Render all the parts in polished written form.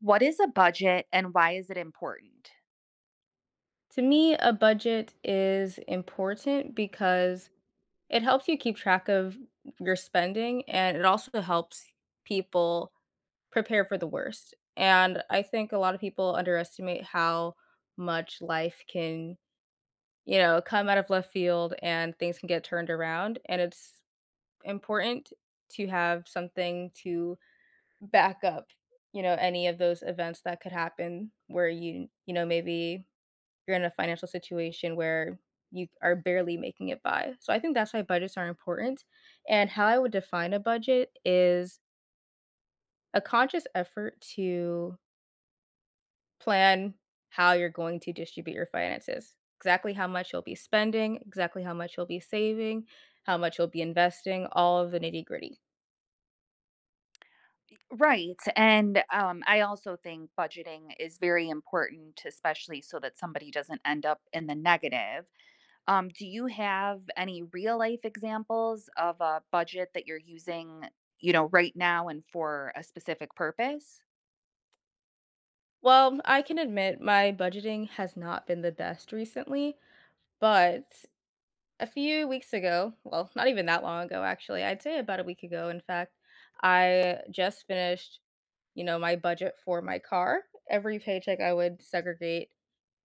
What is a budget and why is it important? To me, a budget is important because it helps you keep track of your spending, and it also helps people prepare for the worst. And I think a lot of people underestimate how much life can, you know, come out of left field and things can get turned around. And it's important to have something to back up, you know, any of those events that could happen where you know, maybe you're in a financial situation where you are barely making it by. So I think that's why budgets are important. And how I would define a budget is a conscious effort to plan how you're going to distribute your finances, exactly how much you'll be spending, exactly how much you'll be saving, how much you'll be investing, all of the nitty gritty. Right. And I also think budgeting is very important, especially so that somebody doesn't end up in the negative. Do you have any real life examples of a budget that you're using, right now and for a specific purpose? Well, I can admit my budgeting has not been the best recently, but a few weeks ago, well, not even that long ago, actually, I'd say about a week ago, in fact, I just finished, you know, my budget for my car. Every paycheck, I would segregate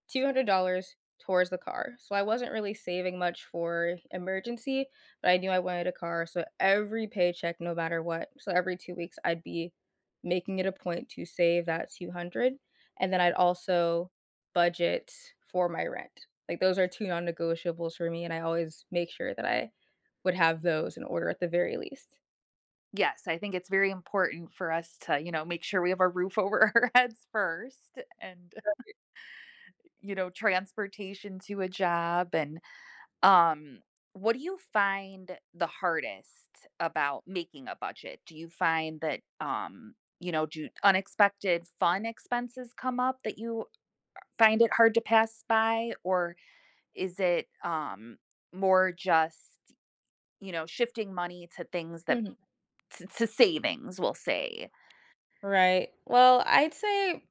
$200 towards the car. So I wasn't really saving much for emergency, but I knew I wanted a car. So every paycheck, no matter what, so every 2 weeks, I'd be making it a point to save that 200. And then I'd also budget for my rent. Like, those are two non negotiables for me, and I always make sure that I would have those in order at the very least. Yes, I think it's very important for us to, make sure we have a roof over our heads first and, transportation to a job and Um, what do you find the hardest about making a budget? Do you find that, do unexpected fun expenses come up that you find it hard to pass by? Or is it more just, shifting money to things that, Mhm. to savings, we'll say. Right. Well, I'd say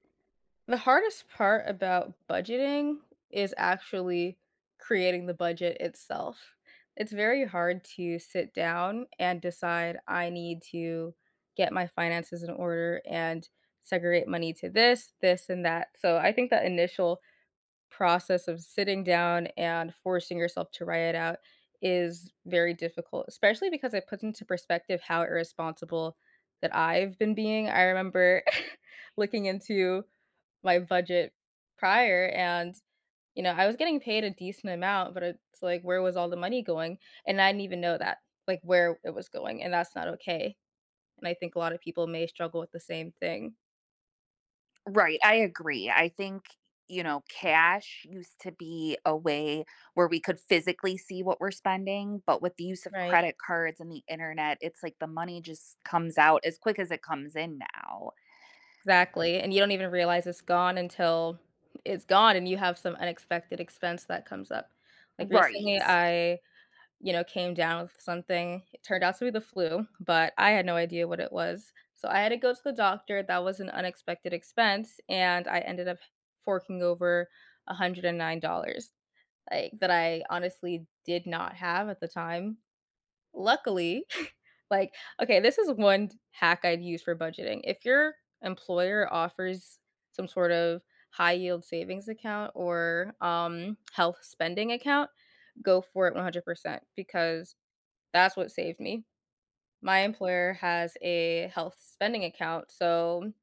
the hardest part about budgeting is actually creating the budget itself. It's very hard to sit down and decide, I need to get my finances in order and segregate money to this, this, and that. So I think that initial process of sitting down and forcing yourself to write it out is very difficult, especially because it puts into perspective how irresponsible that I've been being. I remember looking into my budget prior and, you know, I was getting paid a decent amount, but it's like, where was all the money going? And I didn't even know that, like, where it was going, and that's not okay. And I think a lot of people may struggle with the same thing. Right, I agree. I think cash used to be a way where we could physically see what we're spending, but with the use of Right. credit cards and the internet, it's like the money just comes out as quick as it comes in now. Exactly. And you don't even realize it's gone until it's gone and you have some unexpected expense that comes up. Like Right. recently I came down with something. It turned out to be the flu, but I had no idea what it was. So I had to go to the doctor. That was an unexpected expense, and I ended up forking over $109, like, that I honestly did not have at the time. Luckily, like, okay, this is one hack I'd use for budgeting. If your employer offers some sort of high yield savings account or health spending account, go for it 100% because that's what saved me. My employer has a health spending account, so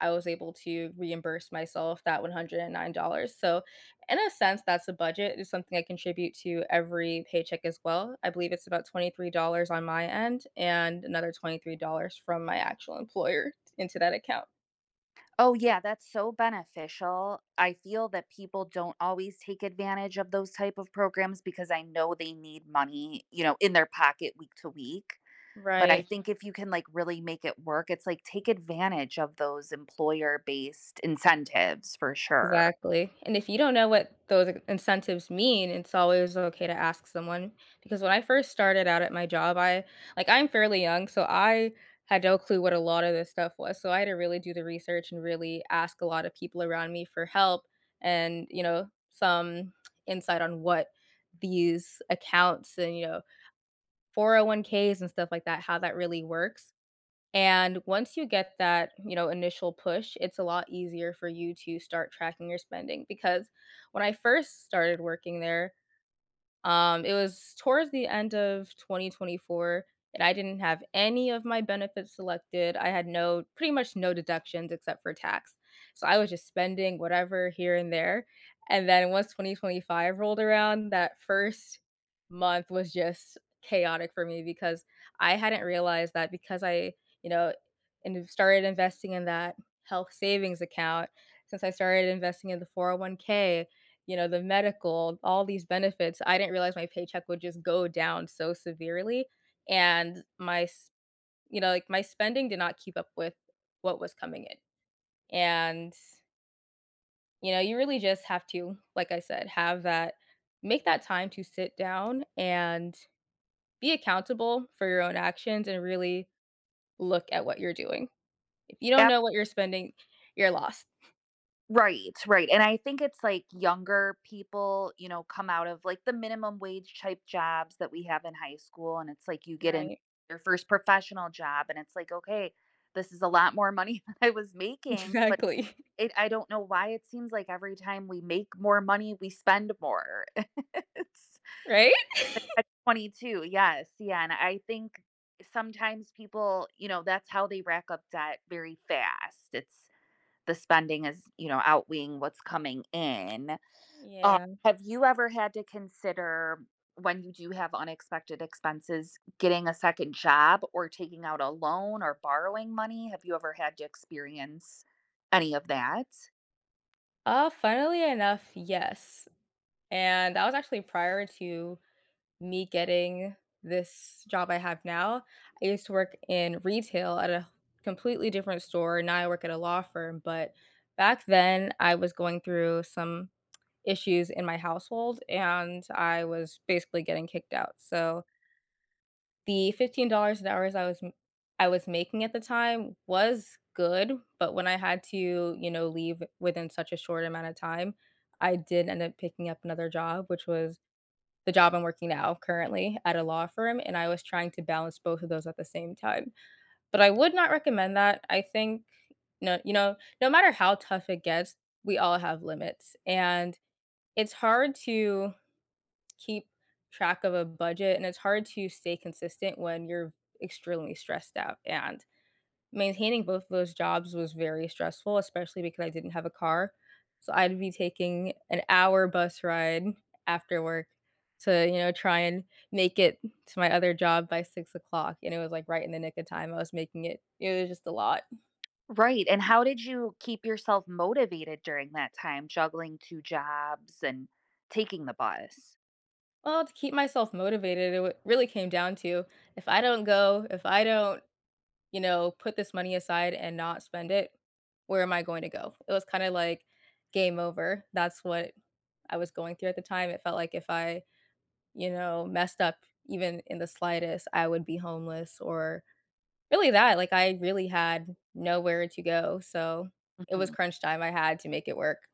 I was able to reimburse myself that $109. So, in a sense, that's a budget. It's something I contribute to every paycheck as well. I believe it's about $23 on my end and another $23 from my actual employer into that account. Oh, yeah, that's so beneficial. I feel that people don't always take advantage of those type of programs because I know they need money, in their pocket week to week. But I Right. think if you can, like, really make it work, it's like, take advantage of those employer-based incentives for sure. Exactly, and if you don't know what those incentives mean, it's always okay to ask someone, because when I first started out at my job, I like, I'm fairly young, so I had no clue what a lot of this stuff was, so I had to really do the research and really ask a lot of people around me for help and, you know, some insight on what these accounts and, you know, 401Ks and stuff like that, how that really works. And once you get that, you know, initial push, it's a lot easier for you to start tracking your spending because when I first started working there, it was towards the end of 2024, and I didn't have any of my benefits selected. I had no pretty much no deductions except for tax. So I was just spending whatever here and there. And then once 2025 rolled around, that first month was just chaotic for me because I hadn't realized that because I, you know, and started investing in that health savings account, since I started investing in the 401k, you know, the medical, all these benefits, I didn't realize my paycheck would just go down so severely, and my s you know, like, my spending did not keep up with what was coming in, and, you know, you really just have to, like I said, have that make that time to sit down and be accountable for your own actions and really look at what you're doing. If you don't Yeah, know what you're spending, you're lost. right, right, and I think it's, like, younger people, come out of, like, the minimum wage type jobs that we have in high school, and it's like you get in Right. your first professional job, and it's like, "Okay, this is a lot more money than I was making," but Exactly. it I don't know why it seems like every time we make more money, we spend more. It's Right? the catch-22, yes, yeah, and I think sometimes people, that's how they rack up debt very fast. It's the spending is, outweighing what's coming in. Uh, Yeah. have you ever had to consider when you do have unexpected expenses, getting a second job or taking out a loan or borrowing money? Have you ever had to experience any of that? Funnily enough, yes. And that was actually prior to me getting this job I have now. I used to work in retail at a completely different store. Now I work at a law firm. But back then, I was going through some issues in my household and I was basically getting kicked out. So the $15 an hour I was I was making at the time was good, but when I had to, you know, leave within such a short amount of time, I did end up picking up another job, which was the job I'm working now currently at a law firm, and I was trying to balance both of those at the same time. But I would not recommend that. I think no, you know, no matter how tough it gets, we all have limits. And it's hard to keep track of a budget and it's hard to stay consistent when you're extremely stressed out, and maintaining both of those jobs was very stressful, especially because I didn't have a car. So I'd be taking an hour bus ride after work to, you know, try and make it to my other job by 6 o'clock, and it was, like, right in the nick of time, I was making it was just a lot. Right, and how did you keep yourself motivated during that time, juggling 2 jobs and taking the bus? Well, to keep myself motivated, it w really came down to, if I don't go, if I don't put this money aside and not spend it, where am I going to go? It was kind of like game over. That's what I was going through at the time. It felt like if I, you know, messed up even in the slightest, I would be homeless or really that. Like, I really had nowhere to go. So it was Mhm. crunch time. I had to make it work.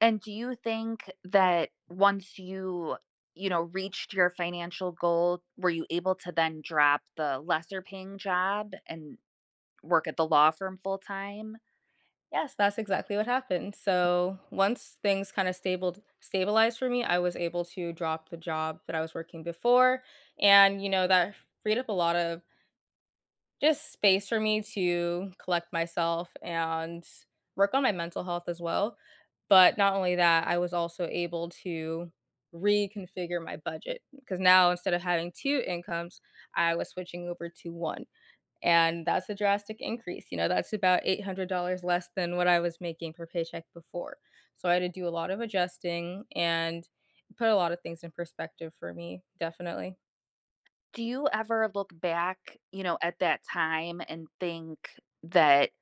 And do you think that once you, reached your financial goal, were you able to then drop the lesser paying job and work at the law firm full time? Yes, that's exactly what happened. So once things kind of stabled stabilized for me, I was able to drop the job that I was working before. And you know, that freed up a lot of just space for me to collect myself and work on my mental health as well. But not only that, I was also able to reconfigure my budget because now instead of having 2 incomes, I was switching over to 1, and that's a drastic increase, you know, that's about $800 less than what I was making per paycheck before. So I had to do a lot of adjusting and put a lot of things in perspective for me, definitely. Do you ever look back, at that time and think that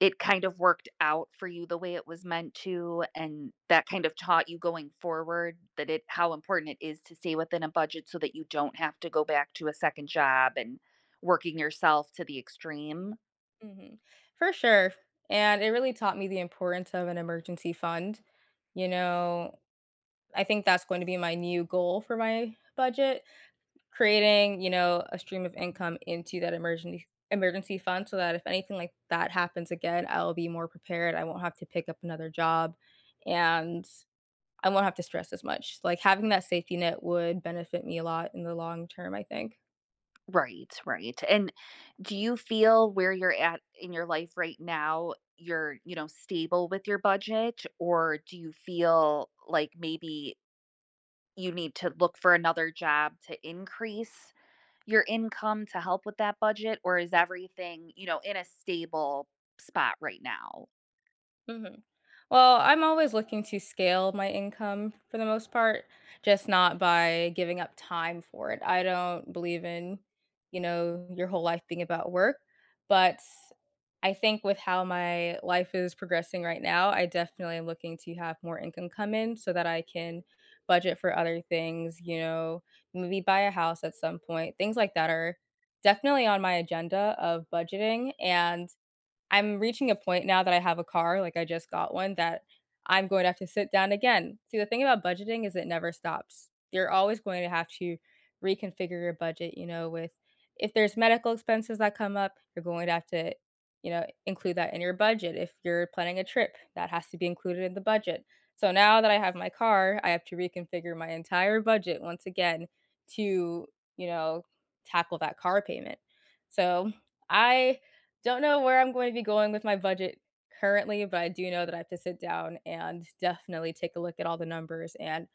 it kind of worked out for you the way it was meant to, and that kind of taught you going forward that it how important it is to stay within a budget so that you don't have to go back to a second job and working yourself to the extreme. Mhm. For sure, and it really taught me the importance of an emergency fund, you know, I think that's going to be my new goal for my budget, creating, you know, a stream of income into that emergency fund so that if anything like that happens again, I'll be more prepared, I won't have to pick up another job, and I won't have to stress as much, like, having that safety net would benefit me a lot in the long term, I think. Right, right. And do you feel where you're at in your life right now, you're, stable with your budget, or do you feel like maybe you need to look for another job to increase your income to help with that budget, or is everything, in a stable spot right now? Mhm. Well, I'm always looking to scale my income for the most part, just not by giving up time for it. I don't believe in, you know, your whole life being about work, but I think with how my life is progressing right now, I definitely am looking to have more income come in so that I can budget for other things, you know, maybe buy a house at some point. Things like that are definitely on my agenda of budgeting, and I'm reaching a point now that I have a car, like, I just got one, that I'm going to have to sit down again. See, the thing about budgeting is it never stops. You're always going to have to reconfigure your budget, you know, with if there's medical expenses that come up, you're going to have to, you know, include that in your budget. If you're planning a trip, that has to be included in the budget. So now that I have my car, I have to reconfigure my entire budget once again to, you know, tackle that car payment. So I don't know where I'm going to be going with my budget currently, but I do know that I have to sit down and definitely take a look at all the numbers and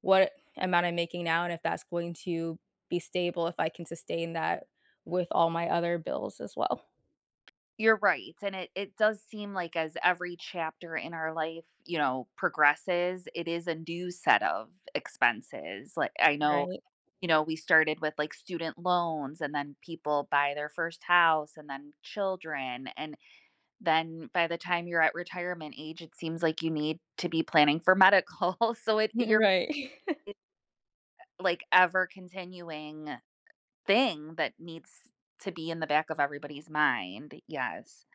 what amount I'm making now and if that's going to be stable, if I can sustain that with all my other bills as well. You're right, and it does seem like as every chapter in our life, progresses, it is a new set of expenses. Like I know, Right. We started with like student loans and then people buy their first house and then children and then by the time you're at retirement age, it seems like you need to be planning for medical. So it you're Right. it's like ever continuing thing that needs to be in the back of everybody's mind. Yes.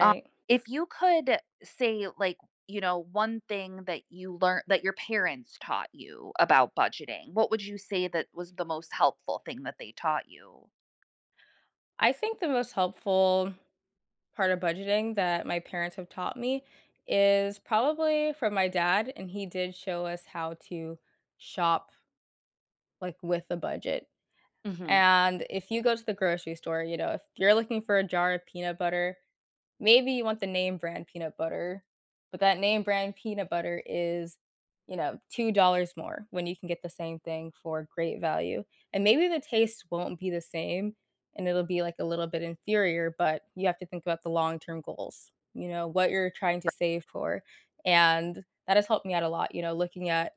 Um, if you could say, like, one thing that you learned that your parents taught you about budgeting, what would you say that was the most helpful thing that they taught you? I think the most helpful part of budgeting that my parents have taught me is probably from my dad, and he did show us how to shop like with a budget. Mhm. And if you go to the grocery store, you know, if you're looking for a jar of peanut butter, maybe you want the name brand peanut butter, but that name brand peanut butter is, you know, $2 more when you can get the same thing for great value. And maybe the taste won't be the same and it'll be like a little bit inferior, but you have to think about the long term goals, you know, what you're trying to save for. And that has helped me out a lot, you know, looking at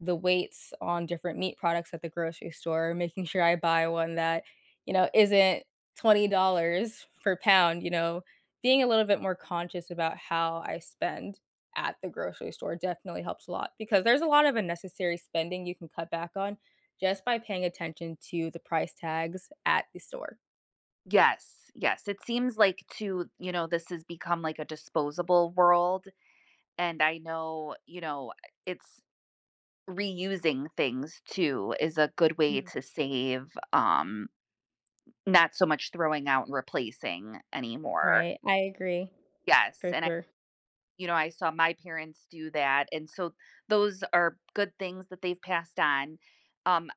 the weights on different meat products at the grocery store, making sure I buy one that, you know, isn't $20 per pound, you know, being a little bit more conscious about how I spend at the grocery store definitely helps a lot because there's a lot of unnecessary spending you can cut back on just by paying attention to the price tags at the store. Yes, yes. It seems like too, this has become like a disposable world. And I know, it's reusing things too is a good way Mm, to save. Not so much throwing out and replacing anymore. right. I agree Yes, for and I sure. you know, I saw my parents do that, and so those are good things that they've passed on. Um,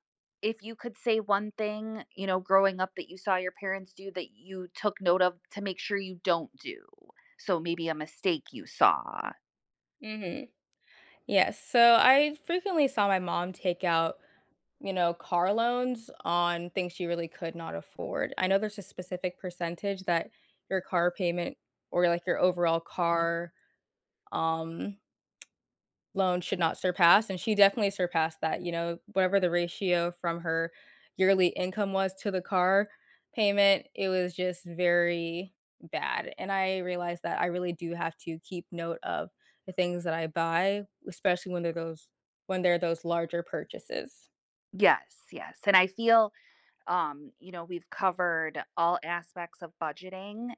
if you could say one thing, growing up that you saw your parents do that you took note of to make sure you don't do. So maybe a mistake you saw. Hmm. Yes. So I frequently saw my mom take out, you know, car loans on things she really could not afford. I know there's a specific percentage that your car payment or like your overall car um loan should not surpass and she definitely surpassed that, you know, whatever the ratio from her yearly income was to the car payment, it was just very bad. And I realized that I really do have to keep note of the things that I buy, especially when they're those larger purchases. Yes, yes, and I feel, we've covered all aspects of budgeting